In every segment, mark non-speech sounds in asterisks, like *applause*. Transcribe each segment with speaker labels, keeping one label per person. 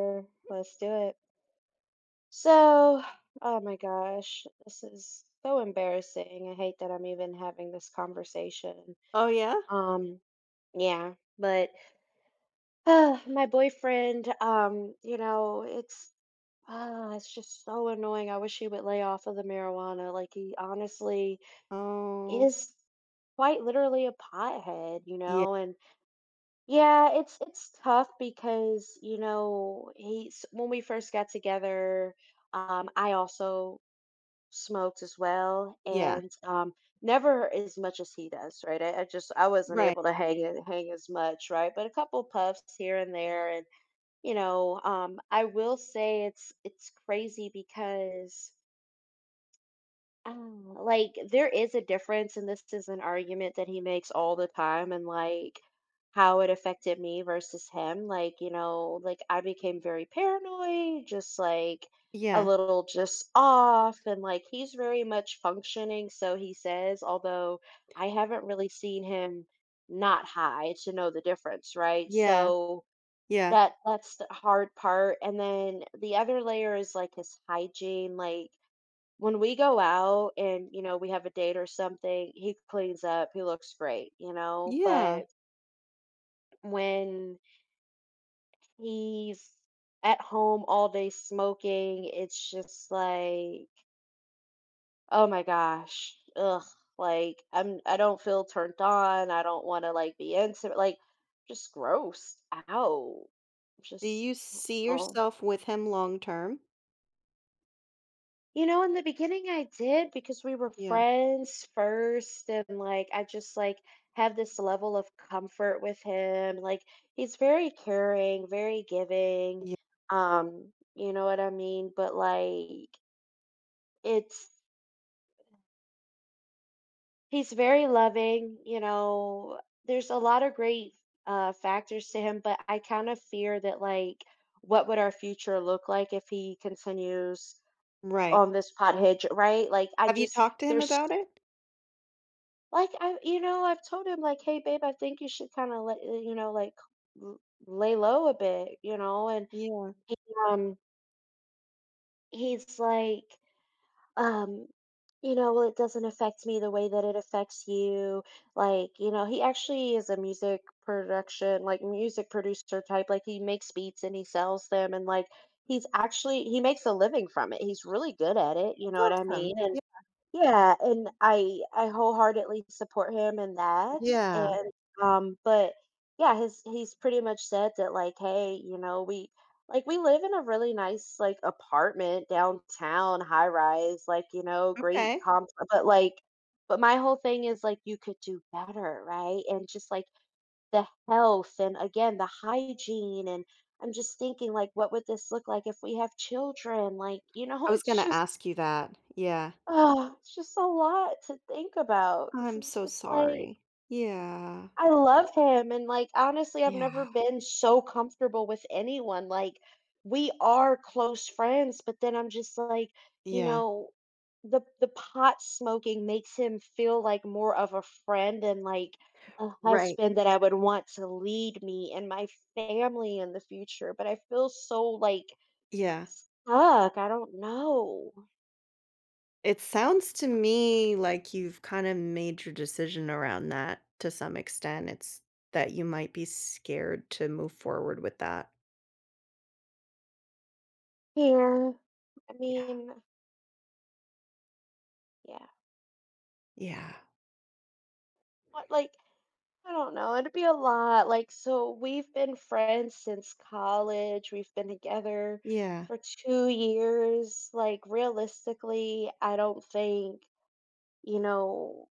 Speaker 1: Sure, let's do it. So, oh my gosh, this is so embarrassing. I hate that I'm even having this conversation.
Speaker 2: Oh, yeah?
Speaker 1: Um, yeah, but my boyfriend, it's it's just so annoying. I wish he would lay off of the marijuana. Like, he honestly
Speaker 2: Oh,
Speaker 1: is quite literally a pothead,
Speaker 2: yeah,
Speaker 1: and yeah, it's tough because, you know, he's when we first got together, I also smoked as well,
Speaker 2: yeah,
Speaker 1: and never as much as he does, right? I just I wasn't
Speaker 2: right,
Speaker 1: able to hang as much, right? But a couple puffs here and there. And I will say it's crazy because Ah, like, there is a difference, and this is an argument that he makes all the time. And, like, how it affected me versus him. Like, you know, like, I became very paranoid, just, like, a
Speaker 2: yeah,
Speaker 1: little just off, and, like, he's very much functioning, so he says, although I haven't really seen him not high to know the difference, right?
Speaker 2: yeah,
Speaker 1: So
Speaker 2: yeah,
Speaker 1: that's the hard part. And then the other layer is, like, his hygiene. Like, when we go out and, you know, we have a date or something, he cleans up, he looks great, you know.
Speaker 2: yeah.
Speaker 1: But when he's at home all day smoking, it's just like, oh my gosh, ugh, like, I don't feel turned on. I don't want to, like, be into, like, just grossed out,
Speaker 2: Do
Speaker 1: just
Speaker 2: you see
Speaker 1: oh.
Speaker 2: yourself with him long term?
Speaker 1: You know, in the beginning I did because we were
Speaker 2: Yeah,
Speaker 1: friends first, and, like, I just, like, have this level of comfort with him. Like, he's very caring, very giving.
Speaker 2: yeah,
Speaker 1: You know what I mean? But like, it's he's very loving, you know. There's a lot of great factors to him, but I kind of fear that, like, what would our future look like if he continues
Speaker 2: right.
Speaker 1: on this pot hitch, right?
Speaker 2: Have you talked to him
Speaker 1: There's
Speaker 2: about it?
Speaker 1: Like, I you know, I've told him, like, "Hey, babe, I think you should kinda let you know, like, l lay low a bit," you know. And,
Speaker 2: Yeah,
Speaker 1: um, he's like, um, you know, "Well, it doesn't affect me the way that it affects you." Like, you know, he actually is a music production, like, music producer type. Like, he makes beats and he sells them. And, like, he makes a living from it, he's really good at it, you
Speaker 2: that's
Speaker 1: know what I
Speaker 2: awesome.
Speaker 1: mean,
Speaker 2: Yeah,
Speaker 1: yeah. And I wholeheartedly support him in that.
Speaker 2: yeah,
Speaker 1: And, um, but, yeah, his he's pretty much said that, like, "Hey," you know, "we" like, we live in a really nice, like, apartment downtown, high rise, like, you know, great
Speaker 2: okay.
Speaker 1: comp. But, like, but my whole thing is, like, you could do better, right? And just, like, the health and, again, the hygiene. And I'm just thinking, like, what would this look like if we have children? Like, you
Speaker 2: I
Speaker 1: know, *laughs*
Speaker 2: was
Speaker 1: it's
Speaker 2: gonna
Speaker 1: just
Speaker 2: ask you that. Yeah.
Speaker 1: oh, it's just a lot to think about. Cause
Speaker 2: I'm
Speaker 1: it's
Speaker 2: so
Speaker 1: just like,
Speaker 2: sorry. Yeah,
Speaker 1: I love him and, like, honestly, I've never
Speaker 2: yeah,
Speaker 1: been so comfortable with anyone. Like, we are close friends, but then I'm just like, you
Speaker 2: yeah,
Speaker 1: know, the pot smoking makes him feel like more of a friend and like a
Speaker 2: right,
Speaker 1: husband that I would want to lead me and my family in the future. But I feel so, like,
Speaker 2: yeah.
Speaker 1: stuck, I don't know.
Speaker 2: It sounds to me like you've kind of made your decision around that to some extent. It's that you might be scared to move forward with that.
Speaker 1: Yeah, I
Speaker 2: Yeah.
Speaker 1: mean, yeah.
Speaker 2: Yeah.
Speaker 1: But, like, I don't know, it'd be a lot. Like, so we've been friends since college, we've been together
Speaker 2: Yeah.
Speaker 1: for 2 years. Like, realistically, I don't think, you know,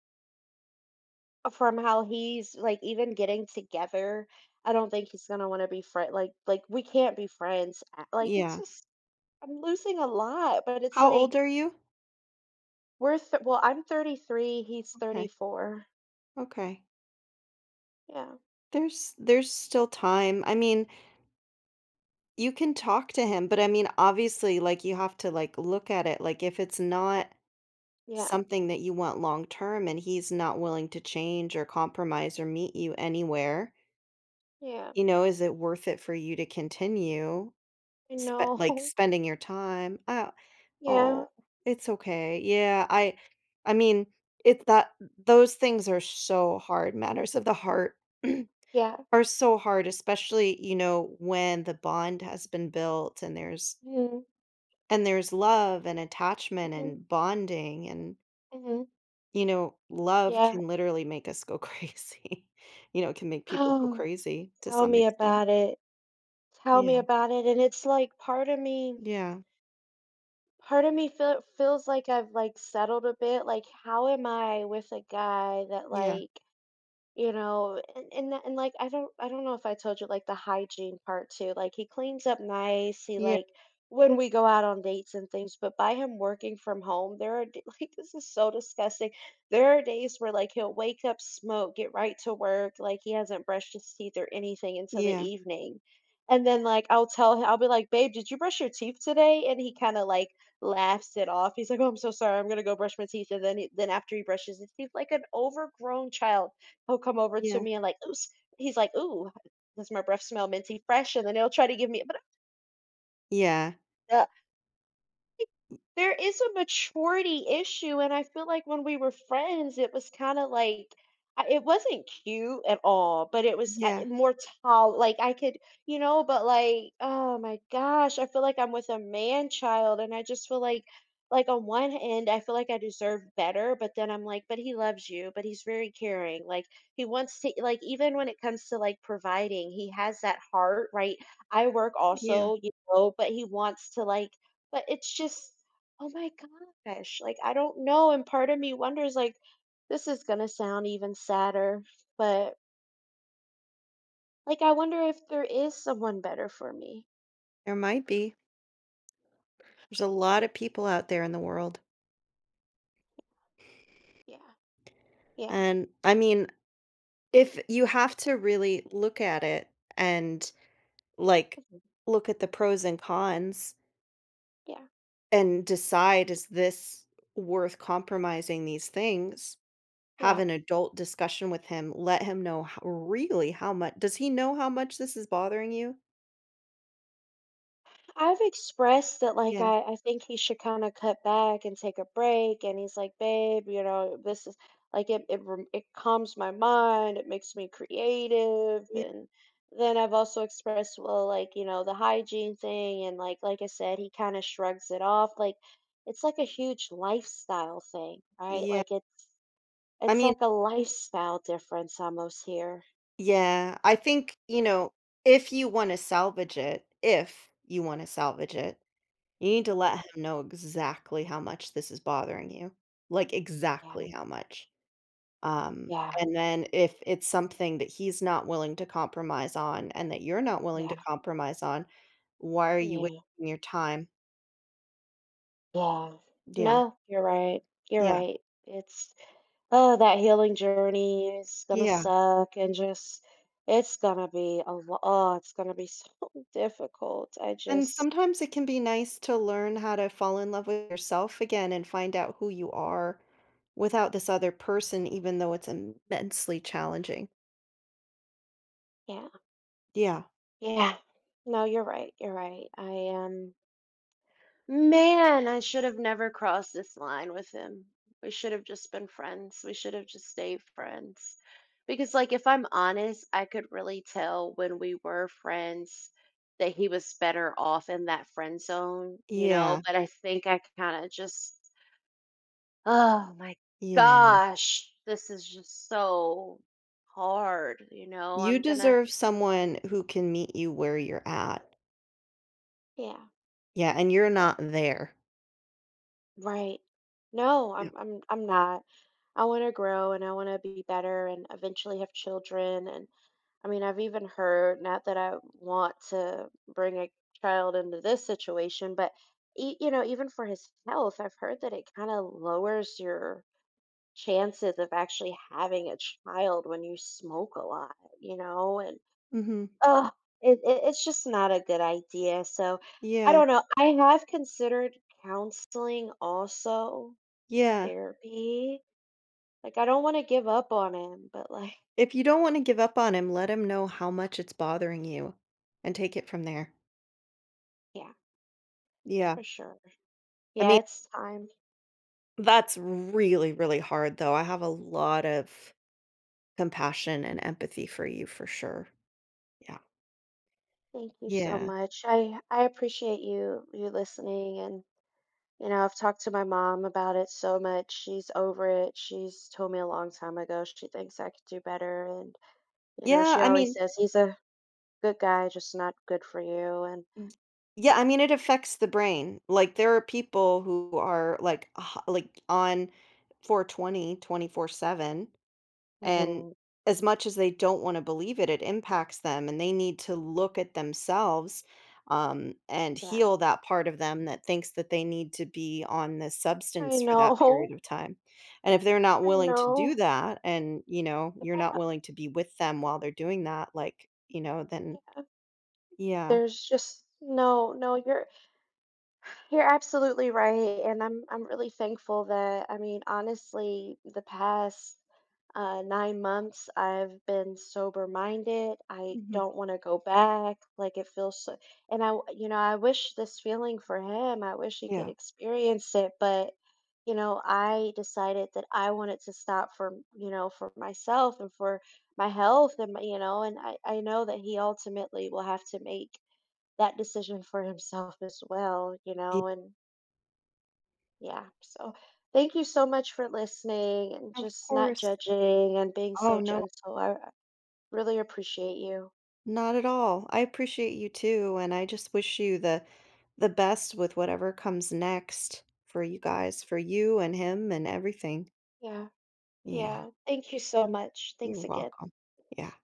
Speaker 1: from how he's, like, even getting together, I don't think he's gonna wanna be friend. Like, we can't be friends a like, it's
Speaker 2: Yeah.
Speaker 1: just I'm losing a lot. But it's
Speaker 2: How old
Speaker 1: like,
Speaker 2: are you?
Speaker 1: we're th well, I'm 33, he's
Speaker 2: Okay.
Speaker 1: 34.
Speaker 2: Okay.
Speaker 1: Yeah,
Speaker 2: There's still time. I mean, you can talk to him, but I mean, obviously like you have to like look at it like if it's not
Speaker 1: yeah,
Speaker 2: something that you want long term and he's not willing to change or compromise or meet you anywhere,
Speaker 1: yeah,
Speaker 2: you know, is it worth it for you to continue
Speaker 1: I
Speaker 2: spe like,
Speaker 1: know. *laughs*
Speaker 2: spending your time? "Oh
Speaker 1: Yeah,
Speaker 2: oh, it's okay." Yeah, I mean, it's that those things are so hard, matters of the heart
Speaker 1: yeah.
Speaker 2: *clears throat* are so hard, especially, you know, when the bond has been built and there's
Speaker 1: Mhm,
Speaker 2: and there's love and attachment
Speaker 1: mhm,
Speaker 2: and bonding and,
Speaker 1: mhm,
Speaker 2: you know, love
Speaker 1: yeah.
Speaker 2: can literally make us go *laughs* crazy. You know, it can make people go
Speaker 1: Oh,
Speaker 2: crazy to
Speaker 1: tell
Speaker 2: some
Speaker 1: me
Speaker 2: extent.
Speaker 1: about it. Tell me
Speaker 2: Yeah,
Speaker 1: about it. And it's like
Speaker 2: yeah,
Speaker 1: part of me feels like I've, like, settled a bit. Like, how am I with a guy that,
Speaker 2: yeah.
Speaker 1: like, you know. And that and, like, I don't know if I told you, like, the hygiene part too. Like, he cleans up nice, he,
Speaker 2: Yeah,
Speaker 1: like, when we go out on dates and things. But by him working from home, there are d *laughs* like, this is so disgusting. There are days where, like, he'll wake up, smoke, get right to work, like, he hasn't brushed his teeth or anything until the
Speaker 2: yeah,
Speaker 1: evening. And then, like, I'll tell him I'll be like, "Babe, did you brush your teeth today?" And he kinda, like, laughs it off. He's like, "Oh, I'm so sorry. I'm gonna go brush my teeth," and then he then after he brushes his teeth like an overgrown child. He'll come over to
Speaker 2: yeah,
Speaker 1: me and like, "Ooh s" he's like, "Ooh, does my breath smell minty fresh?" And then he'll try to give me,
Speaker 2: yeah,
Speaker 1: but think there is a maturity issue. And I feel like when we were friends, it was kinda like I it wasn't cute at all, but it was,
Speaker 2: yeah,
Speaker 1: more tall. Like, I could, you know. But, like, oh my gosh, I feel like I'm with a man child. And I just feel like, on one hand, I feel like I deserve better. But then I'm like, "But he loves you, but he's very caring," like, he wants to, like, even when it comes to, like, providing, he has that heart, right? I work
Speaker 2: yeah.
Speaker 1: also, you know, but he wants to, like, but it's just oh my gosh, like, I don't know. And part of me wonders, like, this is gonna sound even sadder, but, like, I wonder if there is someone better for me.
Speaker 2: There might be. There's a lot of people out there in the world.
Speaker 1: Yeah, yeah,
Speaker 2: And I mean, if you have to really look at it and like
Speaker 1: mhm,
Speaker 2: look at the pros and cons
Speaker 1: yeah,
Speaker 2: and decide, is this worth compromising these things? Have
Speaker 1: yeah.
Speaker 2: an adult discussion with him. Let him know how, really how much. Does he know how much this is bothering you?
Speaker 1: I've expressed that, like,
Speaker 2: Yeah,
Speaker 1: I think he should kind of cut back and take a break. And he's like, babe, you know, this is it calms my mind, it makes me creative.
Speaker 2: yeah,
Speaker 1: And then I've also expressed, well, like, you know, the hygiene thing. And like I said, he kind of shrugs it off. Like, it's like a huge lifestyle thing, right?
Speaker 2: yeah.
Speaker 1: Like,
Speaker 2: I
Speaker 1: it's
Speaker 2: mean,
Speaker 1: like a lifestyle difference almost here.
Speaker 2: yeah, I think, you know, if you wanna salvage it if you wanna salvage it, you need to let
Speaker 1: Yeah.
Speaker 2: him know exactly how much this is bothering you, like,
Speaker 1: Yeah.
Speaker 2: exactly how much. Um,
Speaker 1: Yeah.
Speaker 2: and then if it's something that he's not willing to compromise on and that you're not willing
Speaker 1: Yeah.
Speaker 2: to compromise on, why are you
Speaker 1: Yeah.
Speaker 2: wasting your time?
Speaker 1: Yeah.
Speaker 2: Yeah,
Speaker 1: No, you're right. You're
Speaker 2: yeah,
Speaker 1: right. It's oh, that healing journey is gonna
Speaker 2: yeah.
Speaker 1: suck. And just it's gonna be a lot. Oh, it's gonna be so *laughs* difficult. I
Speaker 2: And
Speaker 1: just
Speaker 2: sometimes it can be nice to learn how to fall in love with yourself again and find out who you are without this other person, even though it's immensely challenging.
Speaker 1: yeah,
Speaker 2: Yeah.
Speaker 1: yeah. No, you're right. You're right. I am. Man, I should have never crossed this line with him. We should have just been friends. We should have just stayed friends. Because, like, if I'm honest, I could really tell when we were friends that he was better off in that friend zone, you
Speaker 2: Yeah.
Speaker 1: know? But I think I kind of just, oh my
Speaker 2: Yeah.
Speaker 1: gosh, this is just so hard, you know?
Speaker 2: You
Speaker 1: I'm gonna,
Speaker 2: deserve someone who can meet you where you're at.
Speaker 1: yeah.
Speaker 2: Yeah. And you're not there.
Speaker 1: Right. No,
Speaker 2: Yeah.
Speaker 1: I'm I'm not. I want to grow and I want to be better and eventually have children. And I mean, I've even heard, not that I want to bring a child into this situation, but you know, even for his health, I've heard that it kind of lowers your chances of actually having a child when you smoke a lot, you know. And
Speaker 2: Hmm.
Speaker 1: oh, it's just not a good idea. So I
Speaker 2: Yeah.
Speaker 1: don't know. I have considered counseling also.
Speaker 2: Yeah.
Speaker 1: Therapy. Like, I don't wanna give up on him, but, like
Speaker 2: If you don't want to give up on him, let him know how much it's bothering you and take it from there.
Speaker 1: *laughs* yeah,
Speaker 2: Yeah.
Speaker 1: for sure.
Speaker 2: I
Speaker 1: Yeah,
Speaker 2: mean,
Speaker 1: it's time.
Speaker 2: that's really, really hard, though. I have a lot of compassion and empathy for you for sure. Yeah.
Speaker 1: Thank you so
Speaker 2: Yeah.
Speaker 1: much. I appreciate you listening. And, you know, I've talked to my mom about it so much. She's over it. She's told me a long time ago she thinks I could do better. And, you know,
Speaker 2: Yeah,
Speaker 1: she
Speaker 2: I
Speaker 1: always
Speaker 2: mean
Speaker 1: says, "He's a good guy, just not good for you," and
Speaker 2: y yeah, I mean, it affects the brain. Like, there are people who are, like, on 420, 24/7. And
Speaker 1: mhm.
Speaker 2: as much as they don't want to believe it, it impacts them and they need to look at themselves, and
Speaker 1: Yeah.
Speaker 2: heal that part of them that thinks that they need to be on this
Speaker 1: I
Speaker 2: substance for that period
Speaker 1: know.
Speaker 2: of time. And if they're not
Speaker 1: *laughs* I
Speaker 2: willing to do
Speaker 1: know.
Speaker 2: that and, you know, you're not
Speaker 1: Yeah,
Speaker 2: willing to be with them while they're doing that, like, you know, then
Speaker 1: yeah.
Speaker 2: yeah.
Speaker 1: There's just no, no, you're absolutely right. And I'm really thankful that, I mean, honestly, the past 9 months I've been sober minded. I
Speaker 2: Mhm.
Speaker 1: don't want to go back. Like, it feels so, and you know, I wish this feeling for him. I wish he could
Speaker 2: Yeah.
Speaker 1: experience it. But you know, I decided that I wanted to stop for, you know, for myself and for my health and my, you know. And I know that he ultimately will have to make that decision for himself as well, you
Speaker 2: Yeah.
Speaker 1: know. And yeah. So thank you so much for listening and
Speaker 2: Of
Speaker 1: just not
Speaker 2: course.
Speaker 1: judging and being
Speaker 2: Oh,
Speaker 1: so
Speaker 2: no.
Speaker 1: gentle. I really appreciate you.
Speaker 2: Not at all. I appreciate you too, and I just wish you the best with whatever comes next for you guys, for you and him and everything.
Speaker 1: Yeah.
Speaker 2: Yeah,
Speaker 1: Yeah. Thank you so much.
Speaker 2: you're
Speaker 1: Thanks again.
Speaker 2: welcome. Yeah.